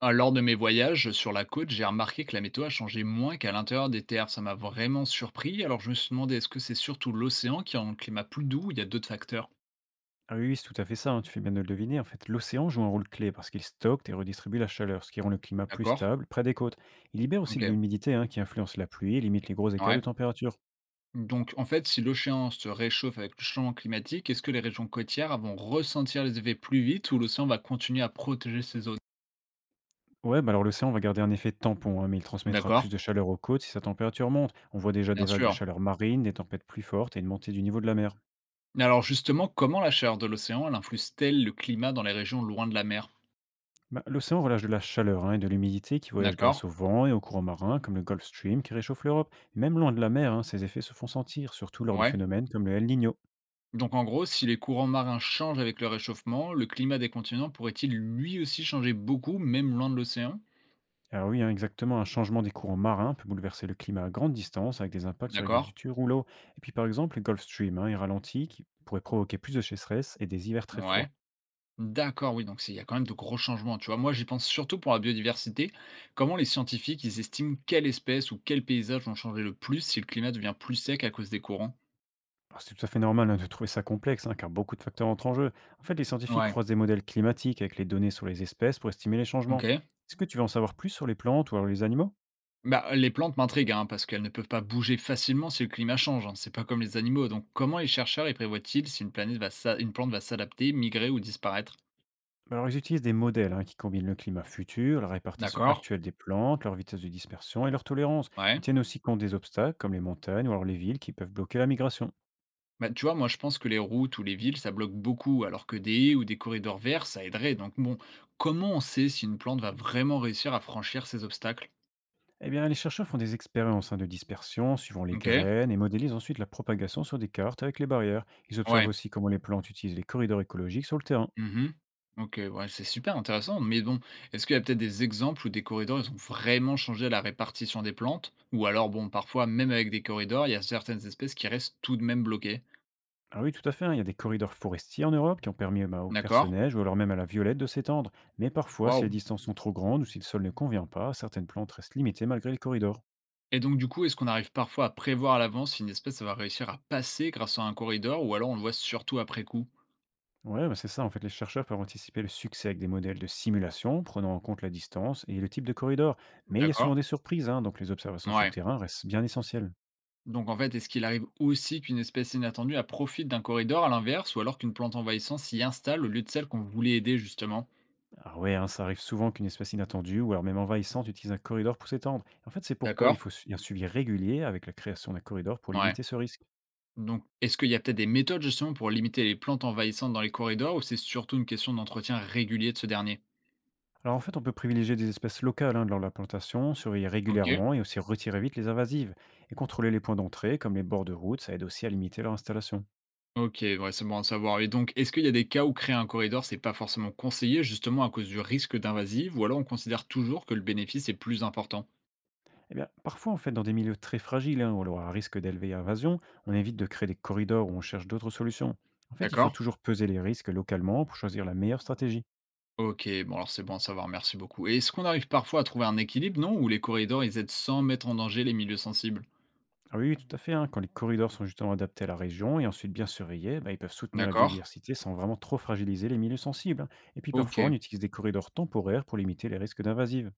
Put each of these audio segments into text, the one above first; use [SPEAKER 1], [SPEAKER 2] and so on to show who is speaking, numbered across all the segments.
[SPEAKER 1] Lors de mes voyages sur la côte, j'ai remarqué que la météo a changé moins qu'à l'intérieur des terres. Ça m'a vraiment surpris. Alors je me suis demandé, est-ce que c'est surtout l'océan qui a un climat plus doux ou il y a d'autres facteurs?
[SPEAKER 2] Ah oui, oui, c'est tout à fait ça, hein, tu fais bien de le deviner. En fait, l'océan joue un rôle clé parce qu'il stocke et redistribue la chaleur, ce qui rend le climat plus
[SPEAKER 1] D'accord?
[SPEAKER 2] stable près des côtes. Il libère aussi de
[SPEAKER 1] Ok.
[SPEAKER 2] l'humidité, hein, qui influence la pluie et limite les gros écarts de
[SPEAKER 1] Ouais.
[SPEAKER 2] température.
[SPEAKER 1] Donc en fait, si l'océan se réchauffe avec le changement climatique, est-ce que les régions côtières vont ressentir les effets plus vite ou l'océan va continuer à protéger ces zones?
[SPEAKER 2] Ouais, bah alors l'océan va garder un effet de tampon, hein, mais il transmettra plus
[SPEAKER 1] D'accord?
[SPEAKER 2] de chaleur aux côtes si sa température monte. On voit déjà
[SPEAKER 1] Bien
[SPEAKER 2] des vagues de
[SPEAKER 1] sûr.
[SPEAKER 2] chaleur marine, des tempêtes plus fortes et une montée du niveau de la mer.
[SPEAKER 1] Mais alors justement, comment la chaleur de l'océan, elle influence-t-elle le climat dans les régions loin de la mer?
[SPEAKER 2] Bah, l'océan relâche de la chaleur, hein, et de l'humidité qui voyagent
[SPEAKER 1] D'accord?
[SPEAKER 2] grâce au vent et aux courants marins, comme le Gulf Stream qui réchauffe l'Europe. Même loin de la mer, hein, ces effets se font sentir, surtout lors de
[SPEAKER 1] Ouais.
[SPEAKER 2] phénomènes comme le El Niño.
[SPEAKER 1] Donc en gros, si les courants marins changent avec le réchauffement, le climat des continents pourrait-il lui aussi changer beaucoup, même loin de l'océan?
[SPEAKER 2] Alors oui, hein, exactement, un changement des courants marins peut bouleverser le climat à grande distance avec des impacts sur
[SPEAKER 1] D'accord.
[SPEAKER 2] l'agriculture ou l'eau. Et puis par exemple, le Gulf Stream, hein, est ralenti, qui pourrait provoquer plus de sécheresse et des hivers très
[SPEAKER 1] Ouais.
[SPEAKER 2] froids.
[SPEAKER 1] D'accord, oui, donc il y a quand même de gros changements, tu vois. Moi, j'y pense surtout pour la biodiversité. Comment les scientifiques, ils estiment quelles espèces ou quels paysages vont changer le plus si le climat devient plus sec à cause des courants?
[SPEAKER 2] Alors, c'est tout à fait normal, hein, de trouver ça complexe, hein, car beaucoup de facteurs entrent en jeu. En fait, les scientifiques
[SPEAKER 1] Ouais,
[SPEAKER 2] croisent des modèles climatiques avec les données sur les espèces pour estimer les
[SPEAKER 1] ok.
[SPEAKER 2] changements. Est-ce que tu veux en savoir plus sur les plantes ou alors les animaux?
[SPEAKER 1] Bah, les plantes m'intriguent, hein, parce qu'elles ne peuvent pas bouger facilement si le climat change, hein. C'est pas comme les animaux. Donc, comment les chercheurs y prévoient-ils si une plante va s'adapter, migrer ou disparaître?
[SPEAKER 2] Bah alors ils utilisent des modèles, hein, qui combinent le climat futur, la répartition
[SPEAKER 1] D'accord.
[SPEAKER 2] actuelle des plantes, leur vitesse de dispersion et leur tolérance.
[SPEAKER 1] Ouais.
[SPEAKER 2] Ils tiennent aussi compte des obstacles comme les montagnes ou alors les villes qui peuvent bloquer la migration.
[SPEAKER 1] Bah, tu vois, moi, je pense que les routes ou les villes, ça bloque beaucoup, alors que des haies ou des corridors verts, ça aiderait. Donc, bon, comment on sait si une plante va vraiment réussir à franchir ces obstacles?
[SPEAKER 2] Eh bien, les chercheurs font des expériences, hein, de dispersion suivant les
[SPEAKER 1] Ok.
[SPEAKER 2] graines et modélisent ensuite la propagation sur des cartes avec les barrières. Ils observent
[SPEAKER 1] Ouais.
[SPEAKER 2] aussi comment les plantes utilisent les corridors écologiques sur le terrain.
[SPEAKER 1] Mhm. Ok, ouais, c'est super intéressant. Mais bon, est-ce qu'il y a peut-être des exemples où des corridors, ils ont vraiment changé la répartition des plantes? Ou alors, bon, parfois, même avec des corridors, il y a certaines espèces qui restent tout de même bloquées.
[SPEAKER 2] Alors oui, tout à fait, hein, il y a des corridors forestiers en Europe qui ont permis, bah, aux
[SPEAKER 1] D'accord.
[SPEAKER 2] personnages ou alors même à la violette de s'étendre. Mais parfois, si les
[SPEAKER 1] Waouh.
[SPEAKER 2] distances sont trop grandes ou si le sol ne convient pas, certaines plantes restent limitées malgré les corridors.
[SPEAKER 1] Et donc, du coup, est-ce qu'on arrive parfois à prévoir à l'avance si une espèce va réussir à passer grâce à un corridor, ou alors on le voit surtout après coup?
[SPEAKER 2] Ouais, bah, c'est ça, en fait, les chercheurs peuvent anticiper le succès avec des modèles de simulation, prenant en compte la distance et le type de corridor. Mais il y a
[SPEAKER 1] D'accord,
[SPEAKER 2] souvent des surprises, hein, donc les observations sur le
[SPEAKER 1] ouais.
[SPEAKER 2] terrain restent bien essentielles.
[SPEAKER 1] Donc en fait, est-ce qu'il arrive aussi qu'une espèce inattendue elle profite d'un corridor à l'inverse ou alors qu'une plante envahissante s'y installe au lieu de celle qu'on voulait aider justement?
[SPEAKER 2] Ah ouais, hein, ça arrive souvent qu'une espèce inattendue ou alors même envahissante utilise un corridor pour s'étendre. En fait, c'est pourquoi
[SPEAKER 1] D'accord?
[SPEAKER 2] un suivi régulier avec la création d'un corridor pour
[SPEAKER 1] Ouais.
[SPEAKER 2] limiter ce risque.
[SPEAKER 1] Donc est-ce qu'il y a peut-être des méthodes justement pour limiter les plantes envahissantes dans les corridors ou c'est surtout une question d'entretien régulier de ce dernier?
[SPEAKER 2] Alors en fait, on peut privilégier des espèces locales, hein, lors de la plantation, surveiller
[SPEAKER 1] Ok.
[SPEAKER 2] régulièrement et aussi retirer vite les invasives. Et contrôler les points d'entrée, comme les bords de route, ça aide aussi à limiter leur installation.
[SPEAKER 1] Ok, ouais, c'est bon à savoir. Et donc, est-ce qu'il y a des cas où créer un corridor, c'est pas forcément conseillé justement à cause du risque d'invasive ou alors on considère toujours que le bénéfice est plus important?
[SPEAKER 2] Eh bien, parfois, en fait, dans des milieux très fragiles, hein, ou alors à risque d'élever invasion, on évite de créer des corridors où on cherche d'autres solutions. En fait, il faut
[SPEAKER 1] D'accord?
[SPEAKER 2] toujours peser les risques localement pour choisir la meilleure stratégie.
[SPEAKER 1] OK, bon alors c'est bon à savoir, merci beaucoup. Et est-ce qu'on arrive parfois à trouver un équilibre, non? Où les corridors, ils aident sans mettre en danger les milieux sensibles?
[SPEAKER 2] Ah oui, oui, tout à fait, hein. Quand les corridors sont justement adaptés à la région et ensuite bien surveillés, bah, ils peuvent soutenir la
[SPEAKER 1] D'accord,
[SPEAKER 2] biodiversité sans vraiment trop fragiliser les milieux sensibles, hein. Et puis parfois,
[SPEAKER 1] OK.
[SPEAKER 2] on utilise des corridors temporaires pour limiter les risques d'invasives.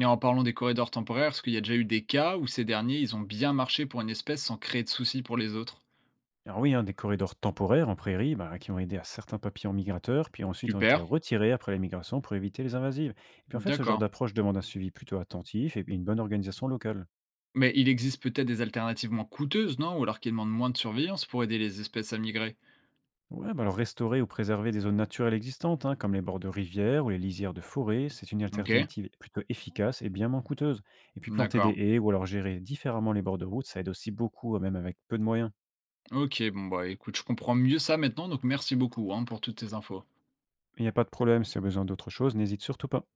[SPEAKER 1] Et en parlant des corridors temporaires, est-ce qu'il y a déjà eu des cas où ces derniers, ils ont bien marché pour une espèce sans créer de soucis pour les autres?
[SPEAKER 2] Alors oui, hein, des corridors temporaires en prairie, bah, qui ont aidé à certains papillons migrateurs, puis ensuite ont été
[SPEAKER 1] Super,
[SPEAKER 2] retirés après la migration pour éviter les invasives. Et puis en fait, ce genre
[SPEAKER 1] d'accord.
[SPEAKER 2] d'approche demande un suivi plutôt attentif et puis une bonne organisation locale.
[SPEAKER 1] Mais il existe peut-être des alternatives moins coûteuses, non? Ou alors qui demandent moins de surveillance pour aider les espèces à migrer?
[SPEAKER 2] Ouais, bah alors restaurer ou préserver des zones naturelles existantes, hein, comme les bords de rivières ou les lisières de forêt, c'est une
[SPEAKER 1] OK,
[SPEAKER 2] alternative plutôt efficace et bien moins coûteuse. Et puis planter des
[SPEAKER 1] d'accord.
[SPEAKER 2] haies ou alors gérer différemment les bords de route, ça aide aussi beaucoup, même avec peu de moyens.
[SPEAKER 1] OK, bon bah écoute, je comprends mieux ça maintenant, donc merci beaucoup hein, pour toutes tes infos.
[SPEAKER 2] Il n'y a pas de problème, si tu as besoin d'autre chose, n'hésite surtout pas.